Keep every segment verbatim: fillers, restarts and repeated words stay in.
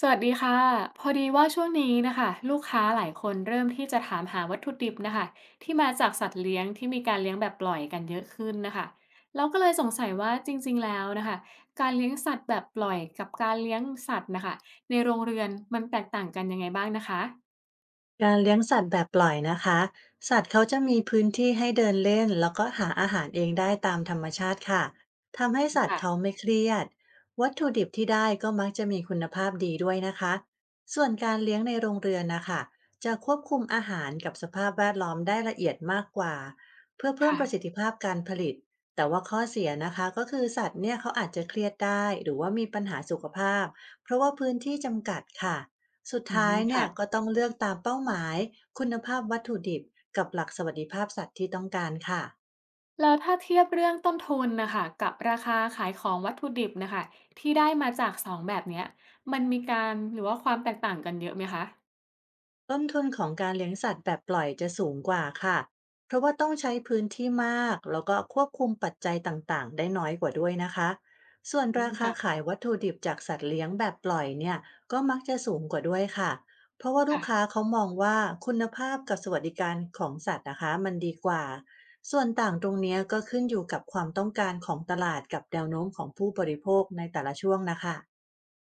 สวัสดีค่ะพอดีว่าช่วงนี้นะคะลูกค้าหลายคนเริ่มที่จะถามหาวัตถุดิบนะคะที่มาจากสัตว์เลี้ยงที่มีการเลี้ยงแบบปล่อยกันเยอะขึ้นนะคะเราก็เลยสงสัยว่าจริงๆแล้วนะคะการเลี้ยงสัตว์แบบปล่อยกับการเลี้ยงสัตว์นะคะในโรงเรือนมันแตกต่างกันยังไงบ้างนะคะการเลี้ยงสัตว์แบบปล่อยนะคะสัตว์เขาจะมีพื้นที่ให้เดินเล่นแล้วก็หาอาหารเองได้ตามธรรมชาติค่ะทำให้สัตว์เขาค่ะไม่เครียดวัตถุดิบที่ได้ก็มักจะมีคุณภาพดีด้วยนะคะ ส่วนการเลี้ยงในโรงเรือนนะคะจะควบคุมอาหารกับสภาพแวดล้อมได้ละเอียดมากกว่า เพื่อเพิ่มค่ะประสิทธิภาพการผลิต แต่ว่าข้อเสียนะคะก็คือสัตว์เนี่ยเขาอาจจะเครียดได้หรือว่ามีปัญหาสุขภาพเพราะว่าพื้นที่จำกัดค่ะ สุดอืมท้ายเนี่ค่ะยก็ต้องเลือกตามเป้าหมายคุณภาพวัตถุดิบกับหลักสวัสดิภาพสัตว์ที่ต้องการค่ะ แล้วถ้าเทียบเรื่องต้นทุนนะคะกับราคาขายของวัตถุดิบนะคะที่ได้มาจากสองแบบเนี้ยมันมีการหรือว่าความแตกต่างกันเยอะไหมคะต้นทุนของการเลี้ยงสัตว์แบบปล่อยจะสูงกว่าค่ะเพราะว่าต้องใช้พื้นที่มากแล้วก็ควบคุมปัจจัยต่างๆได้น้อยกว่าด้วยนะคะส่วนอืรามคาค่ะขายวัตถุดิบจากสัตว์เลี้ยงแบบปล่อยเนี่ยก็มักจะสูงกว่าด้วยค่ะเพราะว่าลูกค้าค่ะ เขามองว่าคุณภาพกับสวัสดิการของสัตว์นะคะมันดีกว่าส่วนต่างตรงเนี้ยก็ขึ้นอยู่กับความต้องการของตลาดกับแนวโน้มของผู้บริโภคในแต่ละช่วงนะคะ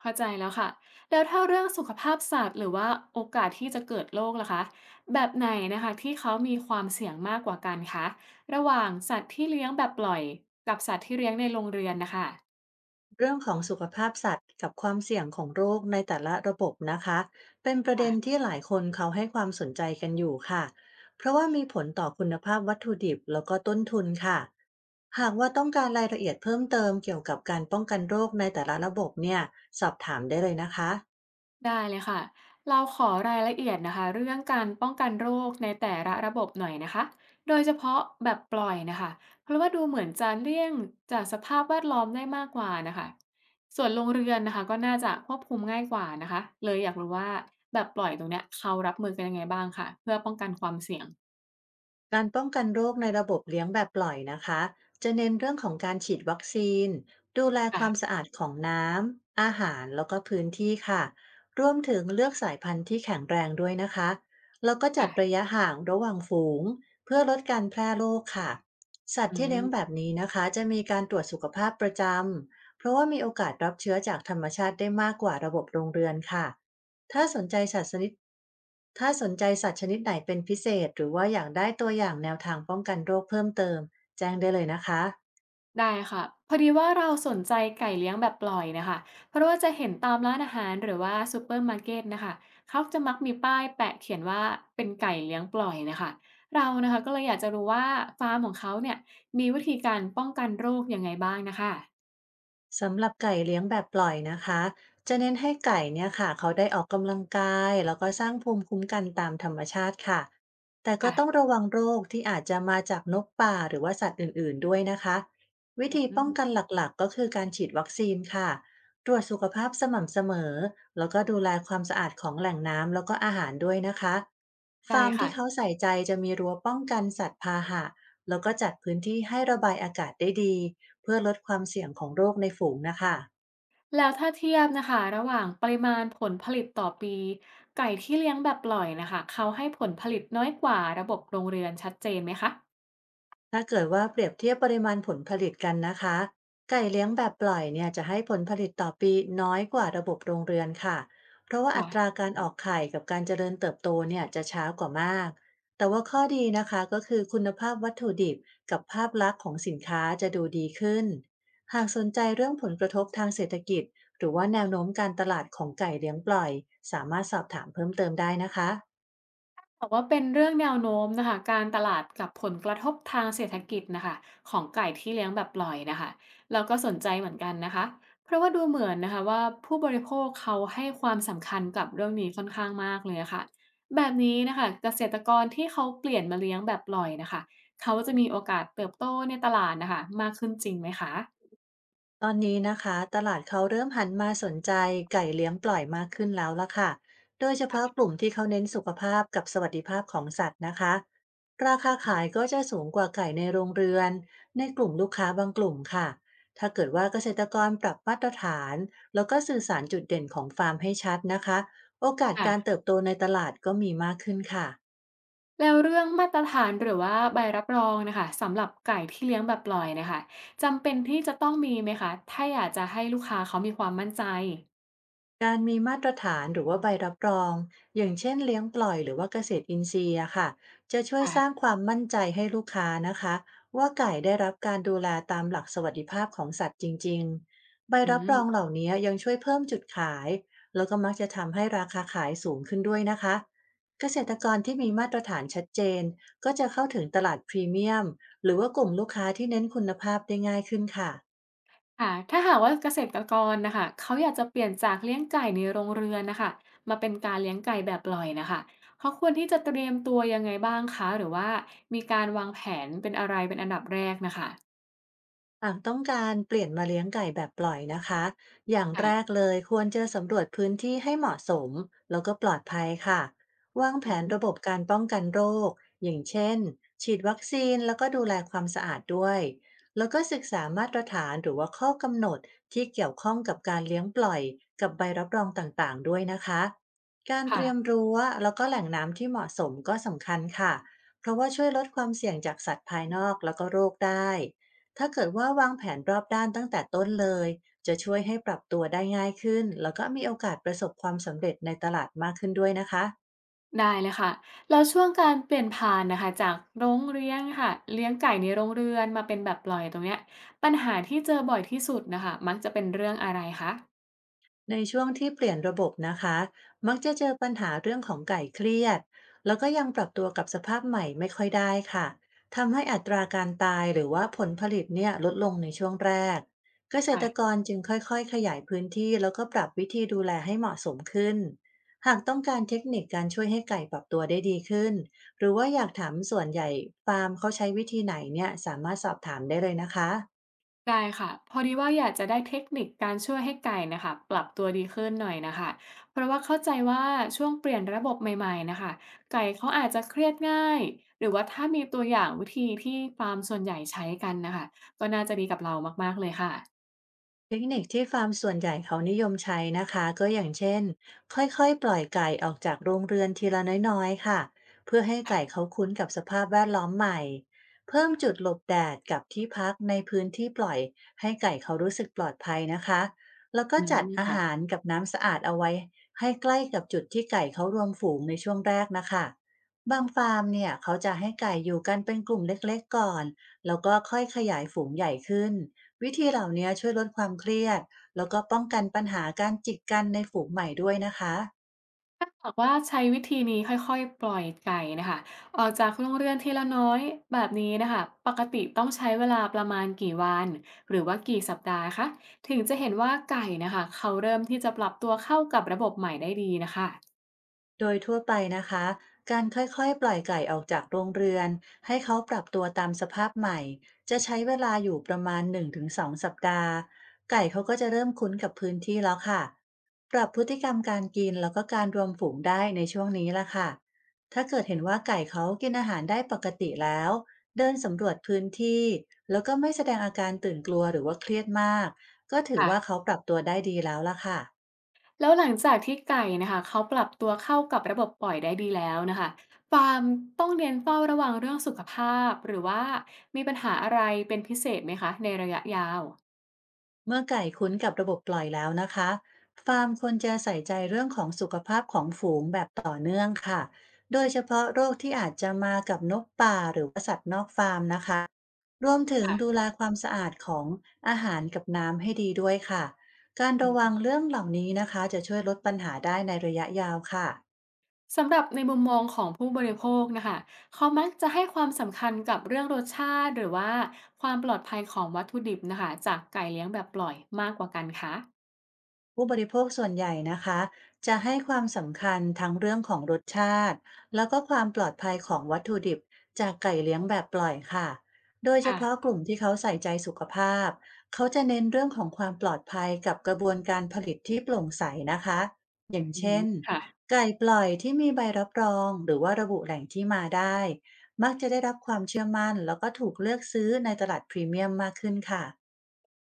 เข้าใจแล้วค่ะแล้วถ้าเรื่องสุขภาพสัตว์หรือว่าโอกาสที่จะเกิดโรคล่ะคะแบบไหนนะคะที่เขามีความเสี่ยงมากกว่ากันคะระหว่างสัตว์ที่เลี้ยงแบบปล่อยกับสัตว์ที่เลี้ยงในโรงเรือนนะคะเรื่องของสุขภาพสัตว์กับความเสี่ยงของโรคในแต่ละระบบนะคะเป็นประเด็นะ ที่หลายคนเขาให้ความสนใจกันอยู่ค่ะเพราะว่ามีผลต่อคุณภาพวัตถุดิบแล้วก็ต้นทุนค่ะหากว่าต้องการรายละเอียดเพิ่มเติมเกี่ยวกับการป้องกันโรคในแต่ละระบบเนี่ยสอบถามได้เลยนะคะ ได้เลยค่ะเราขอรายละเอียดนะคะเรื่องการป้องกันโรคในแต่ละระบบหน่อยนะคะโดยเฉพาะแบบปล่อยนะคะเพราะว่าดูเหมือนจะเลี่ยงจากสภาพแวดล้อมได้มากกว่านะคะส่วนโรงเรือนนะคะก็น่าจะควบคุมง่ายกว่านะคะเลยอยากรู้ว่าแบบปล่อยตรงเนี้ยเขารับมือกันยังไงบ้างค่ะเพื่อป้องกันความเสี่ยงการป้องกันโรคในระบบเลี้ยงแบบปล่อยนะคะจะเน้นเรื่องของการฉีดวัคซีนดูแลความค่ะสะอาดของน้ำ อาหาร แล้วก็พื้นที่ค่ะรวมถึงเลือกสายพันธุ์ที่แข็งแรงด้วยนะคะแล้วก็จัดระค่ะยะห่างระหว่างฝูงเพื่อลดการแพร่โรคค่ะสัตอืว์ที่เลี้ยงม แบบนี้นะคะจะมีการตรวจสุขภาพประจำ เพราะว่ามีโอกาสรับเชื้อจากธรรมชาติได้มากกว่าระบบโรงเรือนค่ะ ถ้าสนใจสัตว์ชนิดถ้าสนใจสัตว์ชนิดไหนเป็นพิเศษหรือว่าอยากได้ตัวอย่างแนวทางป้องกันโรคเพิ่มเติมแจ้งได้เลยนะคะ ได้ค่ะพอดีว่าเราสนใจไก่เลี้ยงแบบปล่อยนะคะเพราะว่าจะเห็นตามร้านอาหารหรือว่าซูเปอร์มาร์เก็ตนะคะเขาจะมักมีป้ายแปะเขียนว่าเป็นไก่เลี้ยงปล่อยนะคะเรานะคะก็เลยอยากจะรู้ว่าฟาร์มของเขาเนี่ยมีวิธีการป้องกันโรคยังไงบ้างนะคะสำหรับไก่เลี้ยงแบบปล่อยนะคะ จะเน้นให้ไก่เนี่ยค่ะเขาได้ออกกำลังกายแล้วก็สร้างภูมิคุ้มกันตามธรรมชาติค่ะ แต่ก็ต้องอ่ะระวังโรคที่อาจจะมาจากนกป่าหรือว่าสัตว์อื่นๆด้วยนะคะ วิธีอืป้องกัมนหลักๆก็คือการฉีดวัคซีนค่ะตรวจสุขภาพสม่ำเสมอแล้วก็ดูแลความสะอาดของแหล่งน้ำแล้วก็อาหารด้วยนะคะได้ฟาร์มค่ะที่เขาใส่ใจจะมีรั้วป้องกันสัตว์พาหะ แล้วก็จัดพื้นที่ให้ระบายอากาศได้ดีเพื่อลดความเสี่ยงของโรคในฝูงนะคะ แล้วถ้าเทียบนะคะระหว่างปริมาณผลผลิตต่อปีไก่ที่เลี้ยงแบบปล่อยนะคะเขาให้ผลผลิตน้อยกว่าระบบโรงเรือนชัดเจนไหมคะถ้าเกิดว่าเปรียบเทียบปริมาณผลผลิตกันนะคะไก่เลี้ยงแบบปล่อยเนี่ยจะให้ผลผลิตต่อปีน้อยกว่าระบบโรงเรือนค่ะเพราะว่าอัตราค่ะ การออกไข่กับการเจริญเติบโตเนี่ยจะช้ากว่ามากแต่ว่าข้อดีนะคะก็คือคุณภาพวัตถุดิบกับภาพลักษณ์ของสินค้าจะดูดีขึ้นหากสนใจเรื่องผลกระทบทางเศรษฐกิจหรือว่าแนวโน้มการตลาดของไก่เลี้ยงปล่อยสามารถสอบถามเพิ่มเติมได้นะคะ แต่ว่าเป็นเรื่องแนวโน้มนะคะการตลาดกับผลกระทบทางเศรษฐกิจนะคะของไก่ที่เลี้ยงแบบปล่อยนะคะเราก็สนใจเหมือนกันนะคะเพราะว่าดูเหมือนนะคะว่าผู้บริโภคเขาให้ความสำคัญกับเรื่องนี้ค่อนข้างมากเลยอะค่ะแบบนี้นะคะเกษตรกรที่เขาเปลี่ยนมาเลี้ยงแบบปล่อยนะคะเขาจะมีโอกาสเติบโตในตลาดนะคะมากขึ้นจริงไหมคะตอนนี้นะคะตลาดเขาเริ่มหันมาสนใจไก่เลี้ยงปล่อยมากขึ้นแล้วล่ะค่ะ โดยเฉพาะกลุ่มที่เขาเน้นสุขภาพกับสวัสดิภาพของสัตว์นะคะ ราคาขายก็จะสูงกว่าไก่ในโรงเรือนในกลุ่มลูกค้าบางกลุ่มค่ะ ถ้าเกิดว่าเกษตรกรปรับมาตรฐานแล้วก็สื่อสารจุดเด่นของฟาร์มให้ชัดนะคะ โอกาสการค่ะ เติบโตในตลาดก็มีมากขึ้นค่ะ แล้วเรื่องมาตรฐานหรือว่าใบรับรองนะคะสำหรับไก่ที่เลี้ยงแบบปล่อยนะคะจำเป็นที่จะต้องมีไหมคะถ้าอยากจะให้ลูกค้าเขามีความมั่นใจการมีมาตรฐานหรือว่าใบรับรองอย่างเช่นเลี้ยงปล่อยหรือว่าเกษตรอินทรีย์อะค่ะจะช่วยสร้างค่ะความมั่นใจให้ลูกค้านะคะว่าไก่ได้รับการดูแลตามหลักสวัสดิภาพของสัตว์จริงๆใบอืรับรองมเหล่านี้ยังช่วยเพิ่มจุดขายแล้วก็มักจะทำให้ราคาขายสูงขึ้นด้วยนะคะเกษตรกรที่มีมาตรฐานชัดเจนก็จะเข้าถึงตลาดพรีเมียมหรือว่ากลุ่มลูกค้าที่เน้นคุณภาพได้ง่ายขึ้นค่ะ ค่ะถ้าหากว่าเกษตรกรนะคะเขาอยากจะเปลี่ยนจากเลี้ยงไก่ในโรงเรือนนะคะมาเป็นการเลี้ยงไก่แบบปล่อยนะคะเขาควรที่จะเตรียมตัวยังไงบ้างคะหรือว่ามีการวางแผนเป็นอะไรเป็นอันดับแรกนะคะหากต้องการเปลี่ยนมาเลี้ยงไก่แบบปล่อยนะคะ อย่างแรกค่ะเลยควรจะสำรวจพื้นที่ให้เหมาะสมแล้วก็ปลอดภัยค่ะ วางแผอืนมระบบการป้องกันโรคอย่างเช่นฉีดวัคซีนแล้วก็ดูแลความสะอาดด้วย แล้วก็ศึกษามาตรฐานหรือว่าข้อกำหนดที่เกี่ยวข้องกับการเลี้ยงปล่อยกับใบรับรองต่างๆด้วยนะคะ การเตค่ะ รียมรั้วแล้วก็แหล่งน้ำที่เหมาะสมก็สำคัญค่ะเพราะว่าช่วยลดความเสี่ยงจากสัตว์ภายนอกแล้วก็โรคได้ ถ้าเกิดว่าวางแผนรอบด้านตั้งแต่ต้นเลยจะช่วยให้ปรับตัวได้ง่ายขึ้นแล้วก็มีโอกาสประสบความสำเร็จในตลาดมากขึ้นด้วยนะคะ ได้เลยค่ะแล้วช่วงการเปลี่ยนผ่านนะคะจากโรงเลี้ยงค่ะเลี้ยงไก่ในโรงเรือนมาเป็นแบบปล่อยตรงเนี้ยปัญหาที่เจอบ่อยที่สุดนะคะมักจะเป็นเรื่องอะไรคะในช่วงที่เปลี่ยนระบบนะคะมักจะเจอปัญหาเรื่องของไก่เครียดแล้วก็ยังปรับตัวกับสภาพใหม่ไม่ค่อยได้ค่ะทำให้อัตราการตายหรือว่าผลผลิตเนี่ยลดลงในช่วงแรกเกษอ่ะตรกรจึงค่อยๆขยายพื้นที่แล้วก็ปรับวิธีดูแลให้เหมาะสมขึ้นหากต้องการเทคนิคการช่วยให้ไก่ปรับตัวได้ดีขึ้นหรือว่าอยากถามส่วนใหญ่ฟาร์มเขาใช้วิธีไหนเนี่ยสามารถสอบถามได้เลยนะคะ ได้ค่ะพอดีว่าอยากจะได้เทคนิคการช่วยให้ไก่นะคะปรับตัวดีขึ้นหน่อยนะคะเพราะว่าเข้าใจว่าช่วงเปลี่ยนระบบใหม่ๆนะคะไก่เขาอาจจะเครียดง่ายหรือว่าถ้ามีตัวอย่างวิธีที่ฟาร์มส่วนใหญ่ใช้กันนะคะก็น่าจะดีกับเรามากๆเลยค่ะเทคนิคที่ฟาร์มส่วนใหญ่เขานิยมใช้นะคะก็อย่างเช่นค่อยๆปล่อยไก่ออกจากโรงเรือนทีละน้อยๆค่ะเพื่อให้ไก่ค่ะเขาคุ้นกับสภาพแวดล้อมใหม่เพิ่มจุดหลบแดดกับที่พักในพื้นที่ปล่อยให้ไก่เขารู้สึกปลอดภัยนะคะแล้วก็อืมจัดอาค่ะ หารกับน้ำสะอาดเอาไว้ให้ใกล้กับจุดที่ไก่เขารวมฝูงในช่วงแรกนะคะบางฟาร์มเนี่ยเขาจะให้ไก่อยู่กันเป็นกลุ่มเล็กๆก่อนแล้วก็ค่อยขยายฝูงใหญ่ขึ้น วิธีเหล่านี้ช่วยลดความเครียดแล้วก็ป้องกันปัญหาการจิกกันในฝูงใหม่ด้วยนะคะ ถ้าหากว่าใช้วิธีนี้ค่อยๆปล่อยไก่นะคะออกจากโรงเรือนทีละน้อยแบบนี้นะคะปกติต้องใช้เวลาประมาณกี่วันหรือว่ากี่สัปดาห์คะถึงจะเห็นว่าไก่นะคะเขาเริ่มที่จะปรับตัวเข้ากับระบบใหม่ได้ดีนะคะโดยทั่วไปนะคะการค่อยๆปล่อยไก่ออกจากโรงเรือนให้เขาปรับตัวตามสภาพใหม่จะใช้เวลาอยู่ประมาณหนึ่งถึงสองสองสัปดาห์ไก่เขาก็จะเริ่มคุ้นกับพื้นที่แล้วค่ะปรับพฤติกรรมการกินแล้วก็การรวมฝูงได้ในช่วงนี้ละค่ะถ้าเกิดเห็นว่าไก่เขากินอาหารได้ปกติแล้วเดินสำรวจพื้นที่แล้วก็ไม่แสดงอาการตื่นกลัวหรือว่าเครียดมากก็ถือว่าค่ะเขาปรับตัวได้ดีแล้วละค่ะ แล้วหลังจากที่ไก่นะคะเขาปรับตัวเข้ากับระบบปล่อยได้ดีแล้วนะคะฟาร์มต้องเน้นเฝ้าระวังเรื่องสุขภาพหรือว่ามีปัญหาอะไรเป็นพิเศษไหมคะในระยะยาวเมื่อไก่คุ้นกับระบบปล่อยแล้วนะคะฟาร์มควรจะใส่ใจเรื่องของสุขภาพของฝูงแบบต่อเนื่องค่ะโดยเฉพาะโรคที่อาจจะมากับนกป่าหรือว่าสัตว์นอกฟาร์มนะคะรวมถึงค่ะ ดูแลความสะอาดของอาหารกับน้ำให้ดีด้วยค่ะการระวังเรื่องเหล่านี้นะคะจะช่วยลดปัญหาได้ในระยะยาวค่ะ สำหรับในมุมมองของผู้บริโภคนะคะเขามักจะให้ความสำคัญกับเรื่องรสชาติหรือว่าความปลอดภัยของวัตถุดิบนะคะจากไก่เลี้ยงแบบปล่อยมากกว่ากันคะผู้บริโภคส่วนใหญ่นะคะจะให้ความสำคัญทั้งเรื่องของรสชาติแล้วก็ความปลอดภัยของวัตถุดิบจากไก่เลี้ยงแบบปล่อยค่ะโดยเฉพาะค่ะกลุ่มที่เขาใส่ใจสุขภาพเขาจะเน้นเรื่องของความปลอดภัยกับกระบวนการผลิตที่โปร่งใสนะคะอย่างอือเช่นค่ะไก่ปล่อยที่มีใบรับรองหรือว่าระบุแหล่งที่มาได้มักจะได้รับความเชื่อมั่นแล้วก็ถูกเลือกซื้อในตลาดพรีเมียมมากขึ้นค่ะ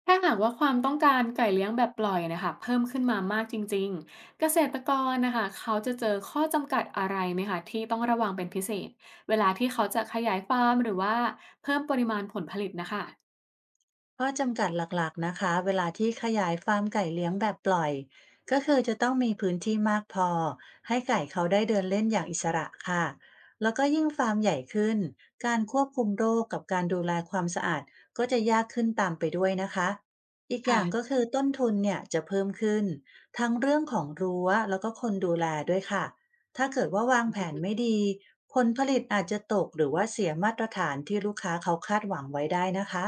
ถ้าหากว่าความต้องการไก่เลี้ยงแบบปล่อยนะคะเพิ่มขึ้นมามากจริงๆเกษตรกรนะคะเขาจะเจอข้อจำกัดอะไรไหมคะที่ต้องระวังเป็นพิเศษเวลาที่เขาจะขยายฟาร์มหรือว่าเพิ่มปริมาณผลผลิตนะคะข้อจำกัดหลักๆนะคะเวลาที่ขยายฟาร์มไก่เลี้ยงแบบปล่อยก็คือจะต้องมีพื้นที่มากพอให้ไก่เขาได้เดินเล่นอย่างอิสระค่ะแล้วก็ยิ่งฟาร์มใหญ่ขึ้นการควบคุมโรคกับการดูแลความสะอาดก็จะยากขึ้นตามไปด้วยนะคะอีกอย่างก็ค่ะคือต้นทุนเนี่ยจะเพิ่มขึ้นทั้งเรื่องของรั้วแล้วก็คนดูแลด้วยค่ะถ้าเกิดว่าวางแผนไม่ดีผลผลิตอาจจะตกหรือว่าเสียมาตรฐานที่ลูกค้าเขาคาดหวังไว้ได้นะคะ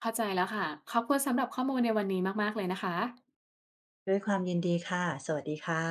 เข้าใจแล้วค่ะขอบคุณสำหรับข้อมูลในวันนี้มากๆเลยนะคะด้วยความยินดีค่ะ สวัสดีค่ะ